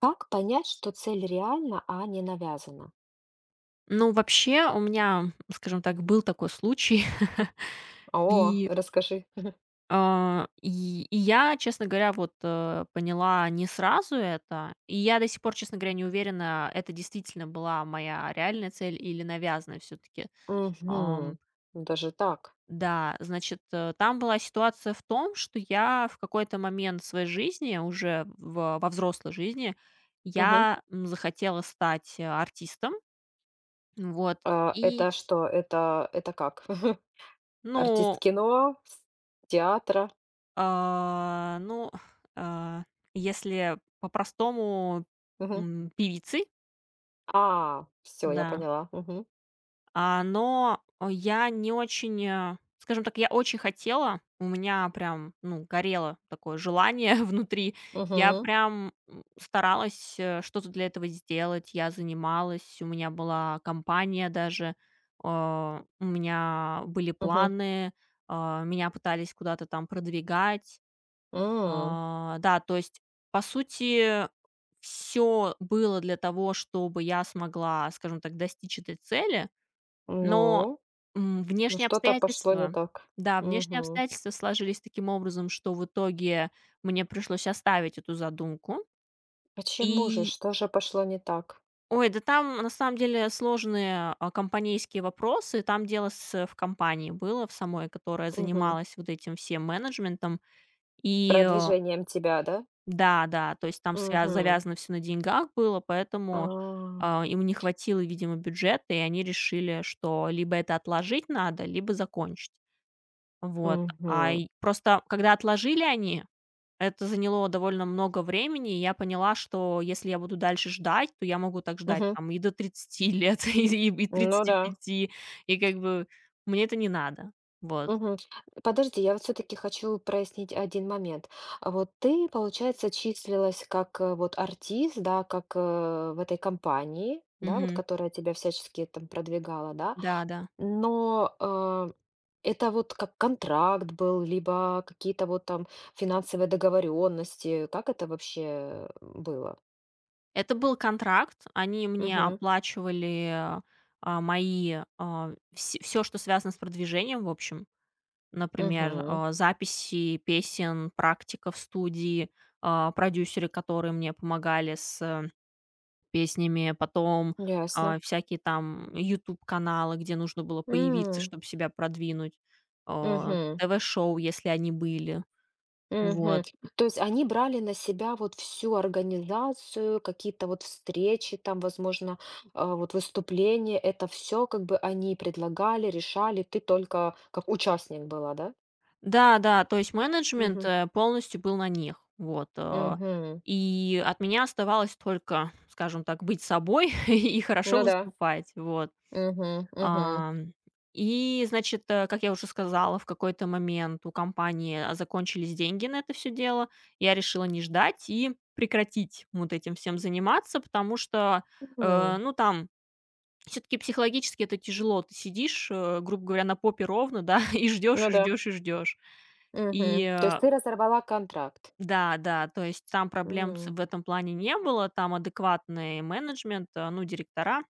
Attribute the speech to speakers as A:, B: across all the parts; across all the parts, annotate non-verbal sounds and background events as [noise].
A: Как понять, что цель реальна, а не навязана?
B: Ну, вообще, у меня, скажем так, был такой случай. [laughs]
A: О,
B: И,
A: расскажи.
B: и я, честно говоря, вот поняла не сразу это. И я до сих пор, честно говоря, не уверена, это действительно была моя реальная цель или навязанная все-таки. Ам,
A: Мгм. Даже так.
B: да, значит, там была ситуация в том, что я в какой-то момент своей жизни, уже во взрослой жизни,
A: Мгм.
B: я захотела стать артистом. Вот.
A: А,
B: И,
A: это что? Это как? [laughs] Артист
B: ну,
A: кино, с театра.
B: Ну, а, если по-простому,
A: Мгм.
B: певицей,
A: А, все, я
B: да.
A: поняла. Мгм.
B: Я не очень, скажем так, я очень хотела, у меня прям, ну, горело такое желание [laughs] внутри. Я
A: Мгм.
B: прям, старалась, что-то для этого сделать, я занималась, у меня была компания даже, у меня были
A: Мгм.
B: планы, меня пытались куда-то там продвигать.
A: М.
B: Да, то есть, по сути, все было для того, чтобы я смогла, скажем так, достичь этой цели, но,
A: Ну, ну
B: внешние
A: что-то пошло не
B: обстоятельства
A: так.
B: да, внешние
A: Мгм.
B: обстоятельства сложились таким образом, что в итоге мне пришлось оставить эту задумку.
A: Почему же?
B: И
A: Что же пошло не так?
B: Ой, да там на самом деле сложные, компанейские вопросы. Там дело с в компании было в самой, которая
A: Мгм.
B: занималась вот этим всем менеджментом. И, э
A: Продвижением тебя, да?
B: Да, да, то есть там свя
A: Угу.
B: завязано всё на деньгах было, поэтому,
A: А,
B: им не хватило, видимо, бюджета, и они решили, что либо это отложить надо, либо закончить. Вот. И просто когда отложили они, это заняло довольно много времени, и я поняла, что если я буду дальше ждать, то я могу так ждать
A: угу.
B: там и до 30 лет, [laughs] и
A: Ну
B: тридцати
A: да.
B: пяти. И как бы мне это не надо. Вот.
A: Мгм. Подожди, я вот все-таки хочу прояснить один момент. А вот ты, получается, числилась как вот артист, да, как в этой компании, да, вот
B: Мгм.
A: которая тебя всячески там продвигала, да,
B: Да, да.
A: но это вот как контракт был, либо какие-то вот там финансовые договоренности. Как это вообще было?
B: Это был контракт. Они мне
A: Угу,
B: оплачивали, мои, все, что связано с продвижением, в общем. Например,
A: угу,
B: записи песен, практика в студии, продюсеры, которые мне помогали с песнями, потом,
A: ясно.
B: всякие там YouTube каналы, где нужно было появиться,
A: М,
B: чтобы себя продвинуть,
A: мгм.
B: ТВ-шоу, если они были.
A: Мгм.
B: Вот.
A: То есть они брали на себя вот всю организацию, какие-то вот встречи, там, возможно, а, вот выступления, это все как бы они предлагали, решали, ты только как участник была, да?
B: Да, да, то есть менеджмент,
A: Мгм.
B: полностью был на них. Вот,
A: Мгм.
B: и от меня оставалось только, скажем так, быть собой [laughs] и хорошо
A: Ну да.
B: выступать. Вот.
A: Мгм. Мгм.
B: Ам, и, значит, как я уже сказала, в какой-то момент у компании, закончились деньги на это все дело. Я решила не ждать и прекратить вот этим всем заниматься, потому что,
A: М.
B: ну, там все таки психологически это тяжело. Ты сидишь, грубо говоря, на попе ровно, да, [laughs] и ждешь,
A: Ну
B: и
A: да.
B: ждешь, и ждешь. И,
A: Мгм. То есть
B: э
A: ты разорвала контракт.
B: да, да, то есть там проблем с в
A: М.
B: этом плане не было, там адекватный менеджмент, ну, директора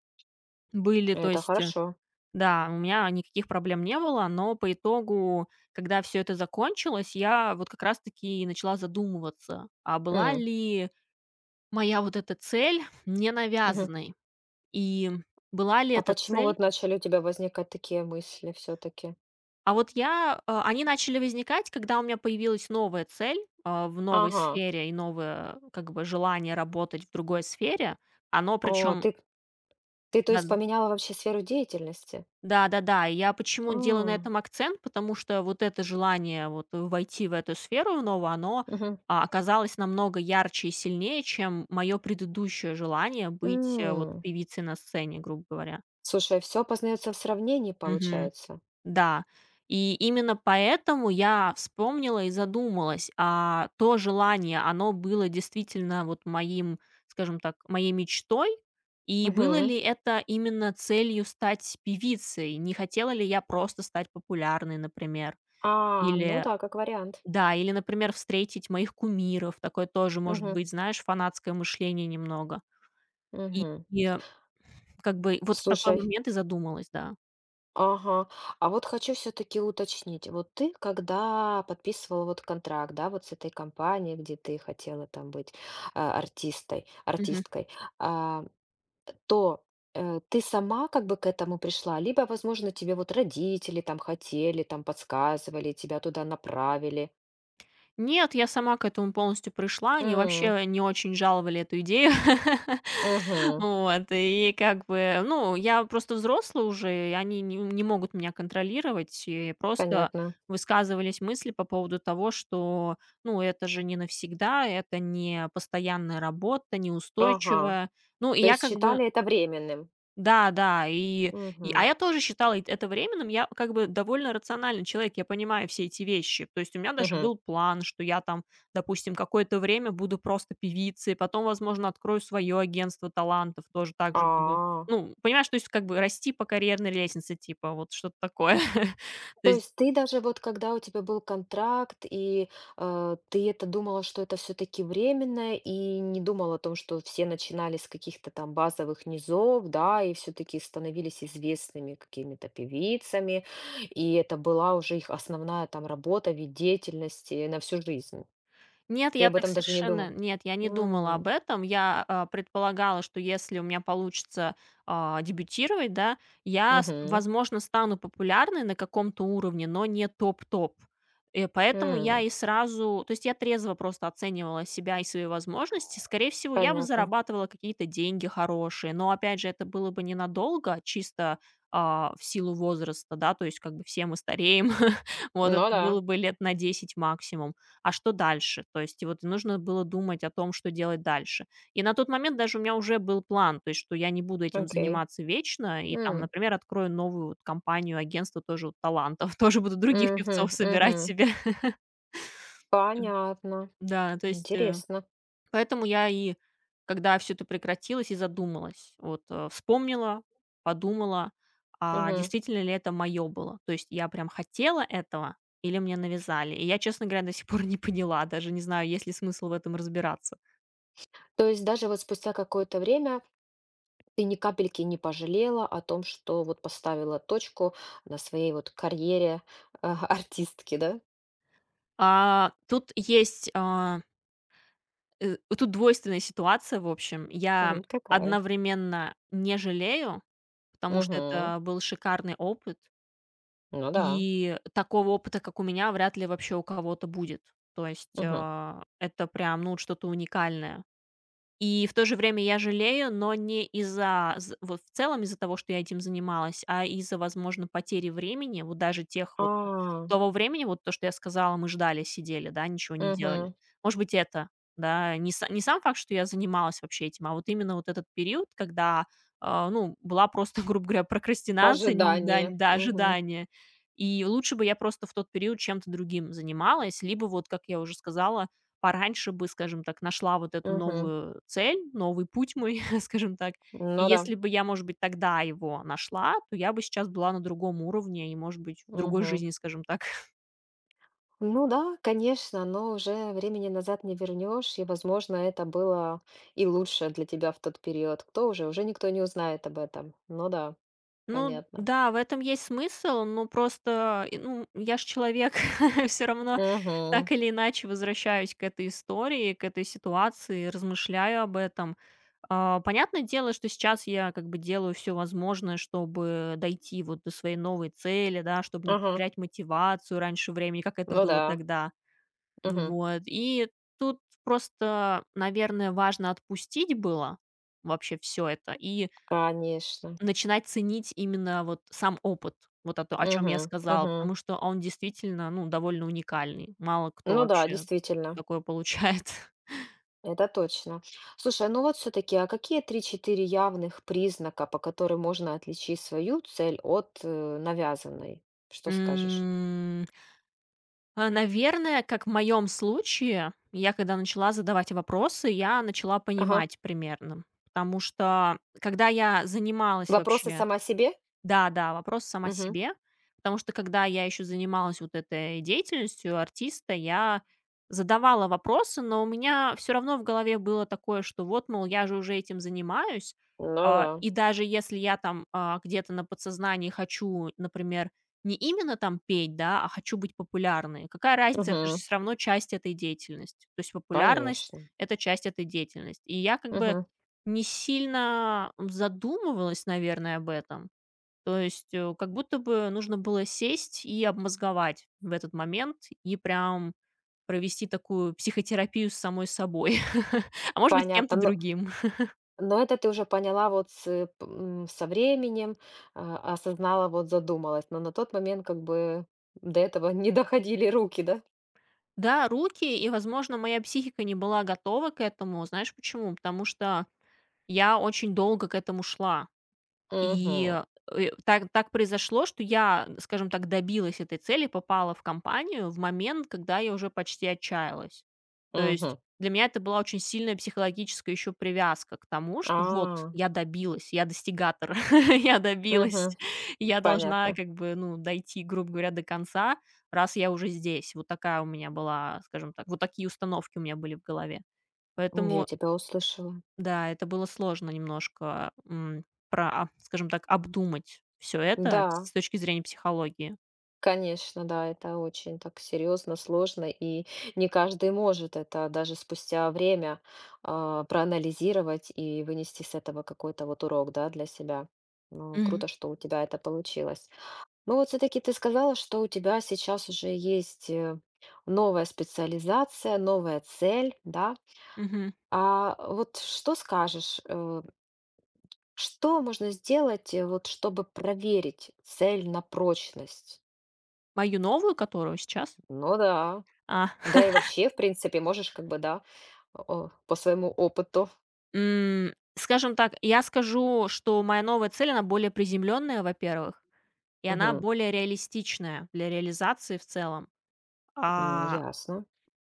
B: были, то
A: Это
B: есть,
A: хорошо.
B: да, у меня никаких проблем не было, но по итогу, когда все это закончилось, я вот как раз-таки и начала задумываться, а была
A: М.
B: ли моя вот эта цель не
A: Мгм.
B: навязанной, и была ли
A: А
B: эта
A: почему
B: цель
A: вот начали у тебя возникать такие мысли все-таки?
B: А вот я, э, они начали возникать, когда у меня появилась новая цель, в новой
A: Ага.
B: сфере и новое, как бы, желание работать в другой сфере. Оно
A: О,
B: причем
A: ты ты, то
B: да,
A: есть, поменяла вообще сферу деятельности?
B: да-да-да. И я почему делаю на
A: А,
B: этом акцент, потому что вот это желание вот войти в эту сферу новую, оно,
A: мгм,
B: оказалось намного ярче и сильнее, чем мое предыдущее желание быть, вот
A: м.
B: певицей на сцене, грубо говоря.
A: Слушай, все познается в сравнении, получается.
B: Да, и именно поэтому я вспомнила и задумалась, а то желание, оно было действительно вот моим, скажем так, моей мечтой, и было
A: Мгм.
B: ли это именно целью стать певицей? Не хотела ли я просто стать популярной, например?
A: А, ну
B: Или,
A: да, как вариант.
B: да, или, например, встретить моих кумиров, такое тоже может
A: Мгм,
B: быть, знаешь, фанатское мышление немного. И,
A: мгм.
B: и э, как бы вот в такой
A: Слушай,
B: момент и задумалась, да.
A: ага. А вот хочу все таки уточнить. Вот ты, когда подписывала вот контракт, да, вот с этой компанией, где ты хотела там быть, а, артистой
B: Мгм.
A: артисткой, а то, ты сама как бы к этому пришла, либо, возможно, тебе вот родители там хотели, там подсказывали, тебя туда направили.
B: Нет, я сама к этому полностью пришла. Они
A: М,
B: вообще не очень жаловали эту идею. [laughs]
A: мгм.
B: Вот, и как бы, ну, я просто взрослая уже, и они не могут меня контролировать, и просто
A: Понятно.
B: высказывались мысли по поводу того, что, ну, это же не навсегда, это не постоянная работа,
A: Ага.
B: неустойчивая. Ну, и
A: То
B: я
A: есть
B: как бы
A: считали это временным.
B: Да, да, а
A: Мгм.
B: я тоже считала и это временным. Я как бы довольно рациональный человек, я понимаю все эти вещи. То есть у меня даже
A: Мгм.
B: был план, что я там, допустим, какое-то время буду просто певицей, потом, возможно, открою свое агентство талантов, тоже так же буду.
A: А.
B: Ну, понимаешь, то есть как бы расти по карьерной лестнице, типа, вот что-то такое. [laughs] То
A: То
B: есть
A: есть ты даже вот когда у тебя был контракт, и, ты это думала, что это все таки временно, и не думала о том, что все начинали с каких-то там базовых низов, да, и все таки становились известными какими-то певицами, и это была уже их основная там работа, вид деятельности на всю жизнь.
B: Нет,
A: Ты
B: я
A: об
B: так
A: этом даже не
B: совершенно
A: думал?
B: нет, я не думала об
A: М,
B: этом. Я, предполагала, что если у меня получится, дебютировать, да, я, с
A: мгм,
B: возможно, стану популярной на каком-то уровне, но не топ-топ. И поэтому я
A: м,
B: и сразу То есть я трезво просто оценивала себя и свои возможности. Скорее всего, я бы
A: понятно.
B: зарабатывала какие-то деньги хорошие, но, опять же, это было бы ненадолго, чисто, в силу возраста, да, то есть как бы все мы стареем. [laughs] Вот
A: Ну
B: это
A: да,
B: было бы лет на 10 максимум. А что дальше? То есть и вот нужно было думать о том, что делать дальше. И на тот момент даже у меня уже был план, то есть что я не буду этим
A: окей.
B: заниматься вечно и там,
A: М,
B: например, открою новую вот компанию, агентство тоже вот талантов, [laughs] тоже буду других
A: мгм,
B: певцов собирать
A: мгм.
B: себе. [laughs]
A: Понятно,
B: Да, то есть, э
A: интересно.
B: Поэтому я и, когда все это прекратилось, и задумалась. Вот, вспомнила, подумала, а
A: Мгм.
B: действительно ли это моё было? То есть я прям хотела этого или мне навязали? И я, честно говоря, до сих пор не поняла, даже не знаю, есть ли смысл в этом разбираться.
A: То есть даже вот спустя какое-то время ты ни капельки не пожалела о том, что вот поставила точку на своей вот карьере, а, [laughs] артистки, да?
B: Тут есть, а, э, тут двойственная ситуация, в общем. Я
A: Мгм. Какая?
B: одновременно не жалею, потому что
A: Мгм.
B: это был шикарный опыт.
A: Ну да.
B: И такого опыта, как у меня, вряд ли вообще у кого-то будет. То есть,
A: Мгм.
B: это прям, ну, вот что-то уникальное. И в то же время я жалею, но не из-за з вот в целом из-за того, что я этим занималась, а из-за, возможно, потери времени, вот даже тех вот
A: А,
B: того времени, вот то, что я сказала, мы ждали, сидели, да, ничего не делали.
A: мгм.
B: Может быть, это, да, не сам факт, что я занималась вообще этим, а вот именно вот этот период, когда, ну, была просто, [laughs] грубо говоря, прокрастинация, н да, н-
A: Ожидание.
B: да,
A: Мгм.
B: ожидание. И лучше бы я просто в тот период чем-то другим занималась, либо вот, как я уже сказала, пораньше бы, скажем так, нашла вот эту
A: Мгм.
B: новую цель, новый путь мой, [laughs] скажем так. И
A: Ну да.
B: если бы я, может быть, тогда его нашла, то я бы сейчас была на другом уровне и, может быть, в другой
A: Мгм.
B: жизни, скажем так. [laughs]
A: Ну да, конечно, но уже времени назад не вернешь, и, возможно, это было и лучше для тебя в тот период. Кто уже? Уже никто не узнает об этом. Ну да,
B: Ну
A: понятно.
B: да, в этом есть смысл, но просто, ну, я ж человек, [laughs] все равно так
A: Мгм.
B: или иначе возвращаюсь к этой истории, к этой ситуации, размышляю об этом. Понятное дело, что сейчас я как бы делаю все возможное, чтобы дойти вот до своей новой цели, да, чтобы не
A: Мгм.
B: потерять мотивацию раньше времени, как это
A: Ну
B: было
A: да.
B: тогда.
A: Мгм.
B: Вот. И тут просто, наверное, важно отпустить было вообще все это и
A: Конечно.
B: начинать ценить именно вот сам опыт, вот это, о чем я
A: Мгм.
B: сказала,
A: Мгм.
B: потому что он действительно, ну, довольно уникальный. Мало кто
A: Ну да,
B: вообще
A: действительно,
B: такое получает. [laughs]
A: это точно. Слушай, а ну вот все-таки, а какие три-четыре явных признака, по которым можно отличить свою цель от навязанной? Что скажешь?
B: М. Наверное, как в моем случае, я, когда начала задавать вопросы, я начала
A: Ага.
B: понимать примерно. Потому что когда я занималась
A: Вопросы
B: вообще
A: сама себе?
B: да-да, вопрос сама
A: Мгм.
B: себе, потому что когда я еще занималась вот этой деятельностью артиста, я задавала вопросы, но у меня все равно в голове было такое, что вот, мол, я же уже этим занимаюсь,
A: Ну да.
B: и даже если я там, где-то на подсознании хочу, например, не именно там петь, да, а хочу быть популярной, какая разница, это же
A: Мгм.
B: все равно часть этой деятельности. То есть популярность —
A: Конечно.
B: это часть этой деятельности. И я как бы
A: Мгм.
B: не сильно задумывалась, наверное, об этом. То есть, как будто бы нужно было сесть и обмозговать в этот момент, и прям провести такую психотерапию с самой собой, [laughs] а может быть, с кем-то
A: Понятно. Ну,
B: другим.
A: но это ты уже поняла вот с, со временем, а, осознала, вот задумалась. Но на тот момент как бы до этого [laughs] не доходили руки, да?
B: Да, руки, и, возможно, моя психика не была готова к этому. Знаешь почему? Потому что я очень долго к этому шла. И
A: Угу,
B: э, так произошло, что я, скажем так, добилась этой цели, попала в компанию в момент, когда я уже почти отчаялась. То есть
A: угу,
B: для меня это была очень сильная психологическая еще привязка к тому, что вот
A: А,
B: я добилась, я достигатор, [laughs] я добилась,
A: угу,
B: я должна
A: понятно.
B: как бы, ну, дойти, грубо говоря, до конца, раз я уже здесь. Вот такая у меня была, скажем так, вот такие установки у меня были в голове.
A: М, я
B: Поэтому,
A: тебя услышала.
B: да, это было сложно немножко скажем так, обдумать все это
A: Да,
B: с точки зрения психологии.
A: конечно, да, это очень так серьезно, сложно, и не каждый может это даже спустя время, а, проанализировать и вынести с этого какой-то вот урок, да, для себя. Ну,
B: Мгм.
A: круто, что у тебя это получилось. Ну вот все-таки ты сказала, что у тебя сейчас уже есть новая специализация, новая цель, да?
B: Мгм.
A: А вот что скажешь, что можно сделать, вот чтобы проверить цель на прочность?
B: Мою новую, которую сейчас?
A: Ну да,
B: А,
A: да и вообще, в принципе, можешь как бы, да, о, по своему опыту.
B: М, скажем так, я скажу, что моя новая цель, она более приземленная, во-первых, и она
A: Мгм.
B: более реалистичная для реализации в целом.
A: М,
B: А,
A: ясно.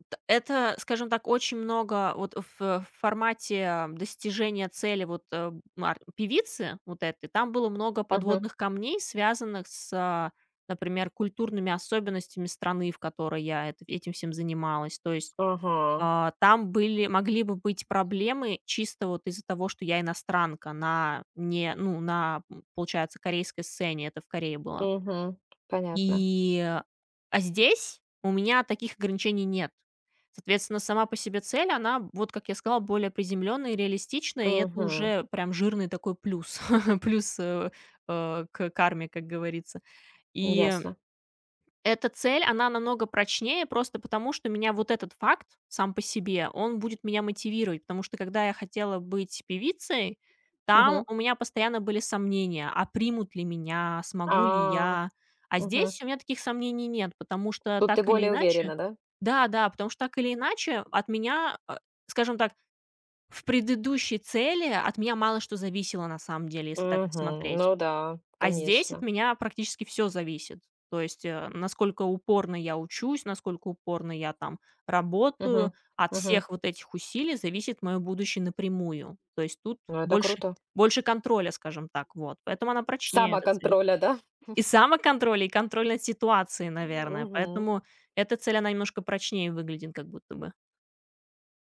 B: это, скажем так, очень много вот в формате достижения цели вот певицы вот этой, там было много
A: Мгм.
B: подводных камней, связанных с, например, культурными особенностями страны, в которой я этим всем занималась. То есть
A: Ага.
B: там были могли бы быть проблемы чисто вот из-за того, что я иностранка на не ну, получается, корейской сцене, это в Корее было.
A: Мгм. Понятно.
B: И, а здесь у меня таких ограничений нет. Соответственно, сама по себе цель, она, вот как я сказала, более приземленная и реалистичная, и это
A: Мгм.
B: уже прям жирный такой плюс, [laughs] плюс, э, к карме, как говорится. И
A: Ясно.
B: эта цель, она намного прочнее просто потому, что меня вот этот факт сам по себе, он будет меня мотивировать, потому что когда я хотела быть певицей, там
A: Мгм.
B: у меня постоянно были сомнения, а примут ли меня, смогу ли
A: А.
B: я. А
A: Мгм.
B: здесь у меня таких сомнений нет, потому что
A: Тут ты
B: так или
A: более
B: иначе
A: уверена, да?
B: да-да, потому что так или иначе от меня, скажем так, в предыдущей цели от меня мало что зависело на самом деле, если так
A: Мгм.
B: посмотреть.
A: Ну да,
B: А здесь от
A: конечно.
B: меня практически все зависит. То есть, насколько упорно я учусь, насколько упорно я там работаю.
A: Мгм.
B: От
A: Мгм.
B: всех вот этих усилий зависит мое будущее напрямую. То есть тут
A: Ну, это
B: больше
A: круто.
B: больше контроля, скажем так, вот. Поэтому она прочнее, эта цель.
A: Самоконтроля, [laughs] да?
B: И самоконтроль, и контроль над ситуацией, наверное.
A: Мгм.
B: Поэтому эта цель, она немножко прочнее выглядит как будто бы.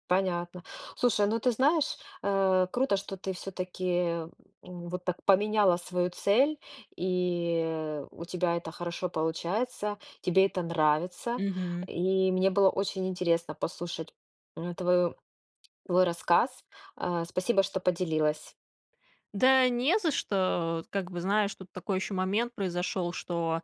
A: Понятно. Слушай, ну ты знаешь, круто, что ты все-таки вот так поменяла свою цель, и у тебя это хорошо получается, тебе это нравится.
B: Мгм.
A: И мне было очень интересно послушать м, твою, твой рассказ. Спасибо, что поделилась.
B: Да не за что. Как бы, знаешь, тут такой еще момент произошел, что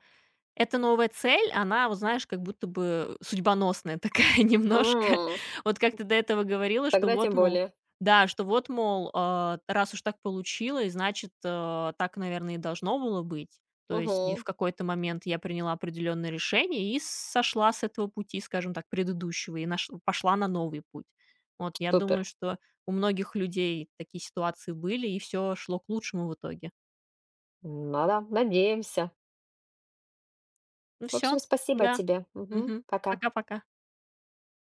B: эта новая цель, она, вот знаешь, как будто бы судьбоносная такая [laughs] немножко.
A: М,
B: Вот как ты до этого говорила, что
A: тогда
B: вот,
A: тем
B: мол
A: более.
B: да, что вот, мол, раз уж так получилось, значит, так, наверное, и должно было быть. То есть и в
A: Мгм.
B: какой-то момент я приняла определенное решение и сошла с этого пути, скажем так, предыдущего, и наш пошла на новый путь. Вот, я думаю,
A: Супер.
B: что у многих людей такие ситуации были, и все шло к лучшему в итоге.
A: Ну да, надеемся.
B: Ну
A: В
B: все,
A: общем, спасибо
B: да.
A: тебе. Мгм.
B: Мгм.
A: Пока.
B: Пока-пока.